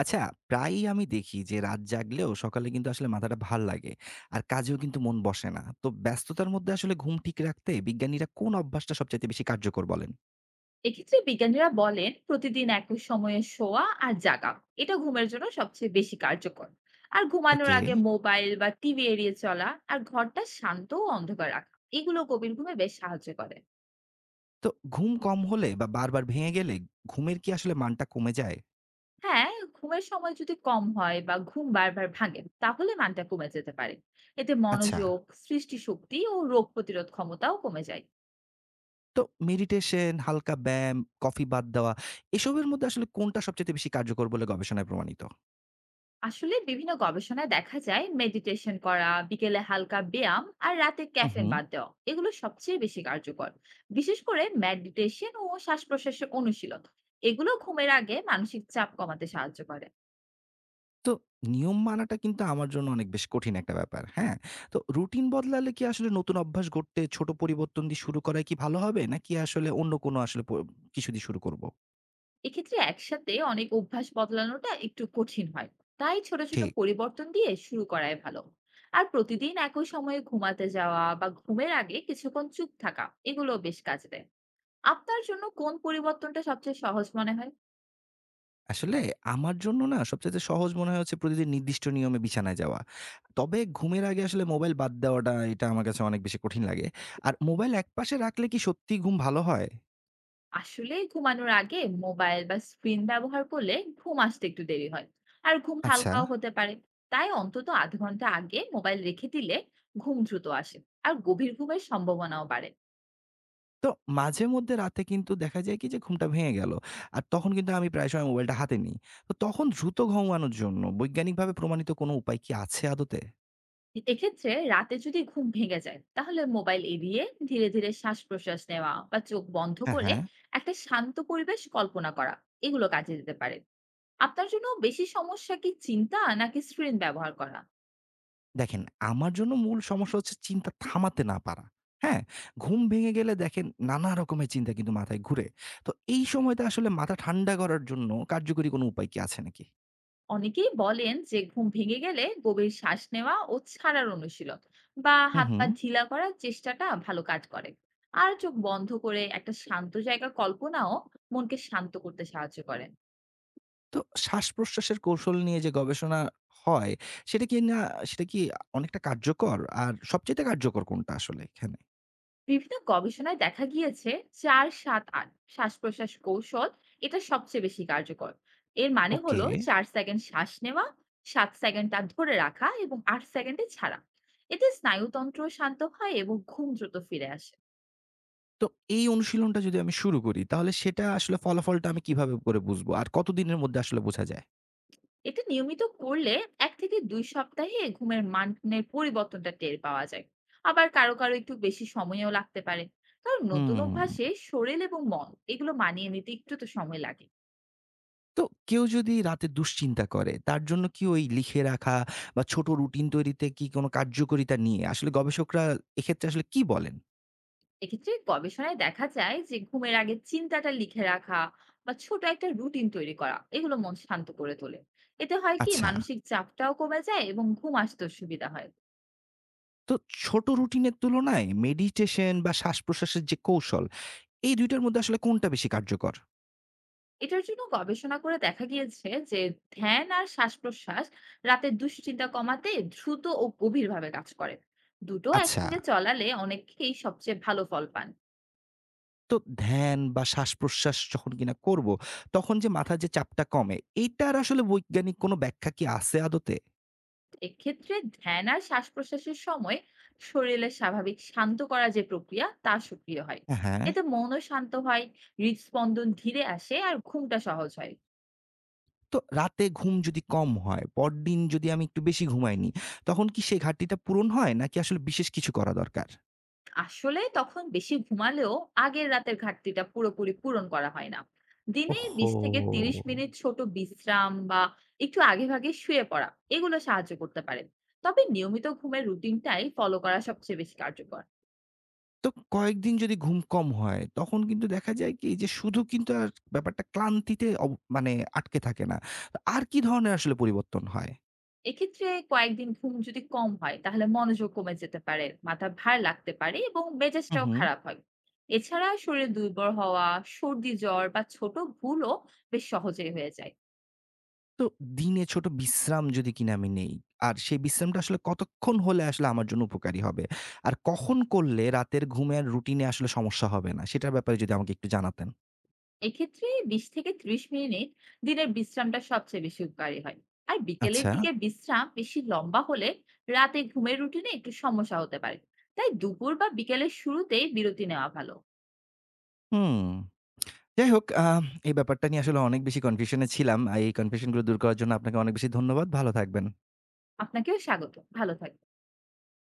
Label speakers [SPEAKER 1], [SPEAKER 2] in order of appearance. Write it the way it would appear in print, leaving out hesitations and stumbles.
[SPEAKER 1] আচ্ছা, প্রায়ই আমি দেখি যে রাত জাগলেও সকালে কিন্তু আসলে মাথাটা ভাল লাগে। আর কাজেও কিন্তু মন বসে না। তো ব্যস্ততার মধ্যে আসলে ঘুম ঠিক রাখতে বিজ্ঞানীরা কোন অভ্যাসটা সবচাইতে বেশি কার্যকর বলেন?
[SPEAKER 2] এক্ষেত্রে বিজ্ঞানীরা বলেন, প্রতিদিন একই সময়ে শোয়া আর জাগা এটা ঘুমের জন্য সবচেয়ে বেশি কার্যকর। আর ঘুমানোর
[SPEAKER 1] ওকে।
[SPEAKER 2] আগে মোবাইল বা টিভি এড়িয়ে চলা আর ঘরটা শান্ত ও অন্ধকার রাখা এগুলো গভীর ঘুমে বেশ সাহায্য করে।
[SPEAKER 1] তো ঘুম কম হলে বা বারবার ভেঙে গেলে ঘুমের কি আসলে মানটা কমে যায়?
[SPEAKER 2] হ্যাঁ, ঘুমের সময় যদি কম হয় বা ঘুম বারবার ভাঙে তাহলে মানটা কমে যেতে পারে। এতে
[SPEAKER 1] আচ্ছা।
[SPEAKER 2] মনোযোগ, সৃষ্টিশক্তি ও রোগ প্রতিরোধ ক্ষমতাও কমে যায়।
[SPEAKER 1] তো মেডিটেশন, হালকা ব্যায়াম, কফি বাদ দেওয়া এসবের মধ্যে আসলে কোনটা সবচাইতে বেশি কার্যকর বলে গবেষণায় প্রমাণিত?
[SPEAKER 2] আসলে বিভিন্ন গবেষণায় দেখা যায়, মেডিটেশন করা, বিকেলে হালকা ব্যায়াম আর রাতে
[SPEAKER 1] উহু।
[SPEAKER 2] ক্যাফেন বাদ দেওয়া এগুলো সবচেয়ে বেশি কার্যকর। বিশেষ করে মেডিটেশন ও শ্বাস প্রশ্বাসের অনুশীলন এগুলো ঘুমের আগে মানসিক চাপ কমাতে সাহায্য করে।
[SPEAKER 1] তো নিয়ম মানাটা কিন্তু আমার জন্য অনেক বেশ কঠিন একটা ব্যাপার। হ্যাঁ? তো রুটিন বদলালে কি আসলে নতুন অভ্যাস গড়তে ছোট পরিবর্তন দিয়ে শুরু করাই কি ভালো হবে? নাকি আসলে অন্য কোনো আসলে প কিছু দিয়ে শুরু করব?
[SPEAKER 2] এক্ষেত্রে একসাথে অনেক অভ্যাস বদলানোটা একটু কঠিন হয়, তাই ছোট ছোট
[SPEAKER 1] ঠিক।
[SPEAKER 2] পরিবর্তন দিয়ে শুরু করাই ভালো। আর প্রতিদিন একই সময়ে ঘুমাতে যাওয়া বা ঘুমের আগে কিছুক্ষণ চুপ থাকা এগুলো বেশ কাজে দেয়। আপনার জন্য কোন পরিবর্তনটা সবচেয়ে সহজ মনে হয়?
[SPEAKER 1] আসলে আমার জন্য না সবচাইতে সহজ মনে হয় হচ্ছে প্রতিদিন নির্দিষ্ট নিয়মে বিছানায় যাওয়া। তবে ঘুমের আগে আসলে মোবাইল বাদ দেওয়াটা এটা আমার কাছে অনেক বেশি কঠিন লাগে। আর মোবাইল একপাশে রাখলে কি সত্যিই ঘুম ভালো হয়?
[SPEAKER 2] আসলে ঘুমানোর আগে মোবাইল বা স্ক্রিন ব্যবহার করলে ঘুম আসতে একটু দেরি হয়, আর ঘুম
[SPEAKER 1] আচ্ছা।
[SPEAKER 2] হালকাও হতে পারে। তাই অন্তত আধ ঘন্টা আগে মোবাইল রেখে দিলে ঘুম দ্রুত আসে আর গভীর ঘুমের সম্ভাবনাও বাড়ে।
[SPEAKER 1] তো মাঝে মধ্যে রাতে কিন্তু দেখা যায় কি যে ঘুমটা ভেঙে গেল। আর তখন কিন্তু আমি প্রায় সময় মোবাইলটা হাতে নিই। তো তখন দ্রুত ঘুমানোর জন্য বৈজ্ঞানিকভাবে প্রমাণিত কোনো উপায় কি আছে আদতে?
[SPEAKER 2] এক্ষেত্রে রাতে যদি ঘুম ভেঙে যায় তাহলে মোবাইল এড়িয়ে ধীরে ধীরে শ্বাস প্রশ্বাস নেওয়া বা চোখ বন্ধ
[SPEAKER 1] হ্যাঁ,
[SPEAKER 2] করে
[SPEAKER 1] হ্যাঁ।
[SPEAKER 2] একটা শান্ত পরিবেশ কল্পনা করা এগুলো কাজে দিতে পারে। আপনার জন্য বেশি সমস্যা কি চিন্তা নাকি স্ক্রিন ব্যবহার করা?
[SPEAKER 1] দেখেন, আমার জন্য মূল সমস্যা হচ্ছে চিন্তা থামাতে না পারা। হ্যাঁ? ঘুম ভেঙে গেলে দেখেন নানা রকমের চিন্তা কিন্তু মাথায় ঘুরে। তো এই সময়টা আসলে মাথা ঠান্ডা করার জন্য কার্যকরী কোনো উপায় কি আছে নাকি?
[SPEAKER 2] অনেকেই বলেন যে ঘুম ভেঙে গেলে গভীর শ্বাস নেওয়া ও ছাড়ার অনুশীলন বা
[SPEAKER 1] হু,
[SPEAKER 2] হাত
[SPEAKER 1] হু।
[SPEAKER 2] পা ঢিলা করার চেষ্টাটা ভালো কাজ করে। আর চোখ বন্ধ করে একটা শান্ত জায়গা কল্পনাও মনকে শান্ত করতে সাহায্য করে।
[SPEAKER 1] তো শ্বাস-প্রশ্বাসের কৌশল নিয়ে যে গবেষণা হয়, সেটা কি না সেটা কি অনেকটা কার্যকর? আর সবচাইতে কার্যকর কোনটা আসলে এখানে?
[SPEAKER 2] বিভিন্ন গবেষণায় দেখা গিয়েছে, চার সাত আট শ্বাস প্রশ্বাস কৌশল এটা সবচেয়ে বেশি কার্যকর। এর মানে
[SPEAKER 1] ওকে।
[SPEAKER 2] হলো চার সেকেন্ড শ্বাস নেওয়া, সাত সেকেন্ড তা ধরে রাখা এবং আট সেকেন্ডে ছাড়া। এতে স্নায়ুতন্ত্র শান্ত হয় এবং ঘুম দ্রুত ফিরে আসে।
[SPEAKER 1] তো এই অনুশীলনটা যদি আমি শুরু করি, তাহলে সেটা আসলে ফলাফলটা আমি কিভাবে করে বুঝবো? আর কতদিনের মধ্যে আসলে বোঝা যায়?
[SPEAKER 2] এটা নিয়মিত করলে ১ থেকে ২ সপ্তাহে ঘুমের মানের পরিবর্তনটা টের পাওয়া যায়। আবার কারো একটু বেশি সময়ও লাগতে পারে। কারণ নতুন অভ্যাসে
[SPEAKER 1] হুম।
[SPEAKER 2] শরীর এবং মন এগুলো মানিয়ে নিতে একটু তো সময় লাগে।
[SPEAKER 1] তো কেউ যদি রাতে দুশ্চিন্তা করে, তার জন্য কি ওই লিখে রাখা বা ছোট রুটিন তৈরিতে কি কোনো কার্যকরিতা নিয়ে আসলে গবেষকরা এক্ষেত্রে আসলে কি বলেন?
[SPEAKER 2] এক্ষেত্রে গবেষণায় দেখা যায় যে ঘুমের আগে চিন্তাটা লিখে রাখা বা ছোট একটা রুটিন তৈরি করা এগুলো মন শান্ত করে তোলে। এতে হয় কি
[SPEAKER 1] আচ্ছা।
[SPEAKER 2] মানসিক চাপটাও কমে যায় এবং ঘুম আসতেও সুবিধা হয়।
[SPEAKER 1] তো ছোট রুটিনের তুলনায় মেডিটেশন বা শ্বাস-প্রশ্বাসের যে কৌশল এই ২ টার মধ্যে আসলে কোনটা বেশি কার্যকর?
[SPEAKER 2] এটার জন্য গবেষণা করে দেখা গিয়েছে যে ধ্যান আর শ্বাসপ্রশ্বাস রাতে দুশ্চিন্তা কমাতে দ্রুত ও গভীরভাবে কাজ করে। দুটো
[SPEAKER 1] আচ্ছা,
[SPEAKER 2] একসঙ্গে চলালে অনেকেই সবচেয়ে ভালো ফল পান।
[SPEAKER 1] তো ধ্যান বা শ্বাসপ্রশ্বাস যখন কিনা করব, তখন যে মাথার যে চাপটা কমে, এইটার আসলে বৈজ্ঞানিক কোনো ব্যাখ্যা কি আছে আদতে?
[SPEAKER 2] এক্ষেত্রে ধ্যান আর শ্বাস প্রশ্বাসের সময় শরীরের স্বাভাবিক শান্ত করা যে প্রক্রিয়া তা সক্রিয় হয়।
[SPEAKER 1] হ্যাঁ।
[SPEAKER 2] এতে মনও শান্ত হয়, হৃদস্পন্দন ধীরে আসে আর ঘুমটা সহজ হয়।
[SPEAKER 1] তো রাতে ঘুম যদি কম হয়, পরদিন যদি আমি একটু বেশি ঘুমাই নি, তখন কি সেই ঘাটতিটা পূরণ হয় নাকি আসলে বিশেষ কিছু করা দরকার?
[SPEAKER 2] আসলে তখন বেশি ঘুমালেও আগের রাতের ঘাটতিটা পুরোপুরি পূরণ করা হয় না। দিনে ২০ থেকে ৩০
[SPEAKER 1] ওহহো!
[SPEAKER 2] মিনিট ছোট বিশ্রাম বা একটু আগেভাগে শুয়ে পড়া এগুলো সাহায্য করতে পারে। তবে নিয়মিত ঘুমের রুটিনটাই ফলো করা সবচেয়ে বেশি কার্যকর।
[SPEAKER 1] তো কয়েকদিন যদি ঘুম কম হয়, তখন কিন্তু দেখা যায় কি যে শুধু কিন্তু আর ব্যাপারটা ক্লান্তিতে অব মানে আটকে থাকে না। আর কি ধরনের আসলে পরিবর্তন হয়?
[SPEAKER 2] এক্ষেত্রে কয়েকদিন ঘুম যদি কম হয় তাহলে মনোযোগ কমে যেতে পারে, মাথা ভার লাগতে পারে এবং
[SPEAKER 1] হু,
[SPEAKER 2] মেজাজটাও
[SPEAKER 1] হু।
[SPEAKER 2] খারাপ হয়। এছাড়া শরীর দুর্বল হওয়া, সর্দি জ্বর বা ছোট ভুলও বেশ সহজেই হয়ে যায়।
[SPEAKER 1] তো দিনে ছোট বিশ্রাম যদি কিনা আমি নেই, আর সেই বিশ্রামটা আসলে কতক্ষণ হলে আসলে আমার জন্য উপকারী হবে? আর কখন করলে রাতের ঘুমের রুটিনে আসলে সমস্যা হবে না? সেটার ব্যাপারে যদি আমাকে একটু জানাতেন।
[SPEAKER 2] এক্ষেত্রে ২০ থেকে ৩০ মিনিট দিনের বিশ্রামটা সবচেয়ে বেশি উপকারী হয়। আর বিকেলের
[SPEAKER 1] আচ্ছা,
[SPEAKER 2] দিকে বিশ্রাম বেশি লম্বা হলে রাতে ঘুমের রুটিনে একটু সমস্যা হতে পারে। তাই দুপুর বা বিকেলের শুরুতেই বিরতি নেওয়া ভালো।
[SPEAKER 1] হুম। যাই হোক আ এই ব্যাপারটা নিয়ে আসলে অনেক বেশি কনফিউশন এ ছিলাম। আর এই কনফিউশন গুলো দূর করার জন্য আপনাকে অনেক বেশি ধন্যবাদ। ভালো থাকবেন।
[SPEAKER 2] আপনাকেও স্বাগত। ভালো থাকবেন।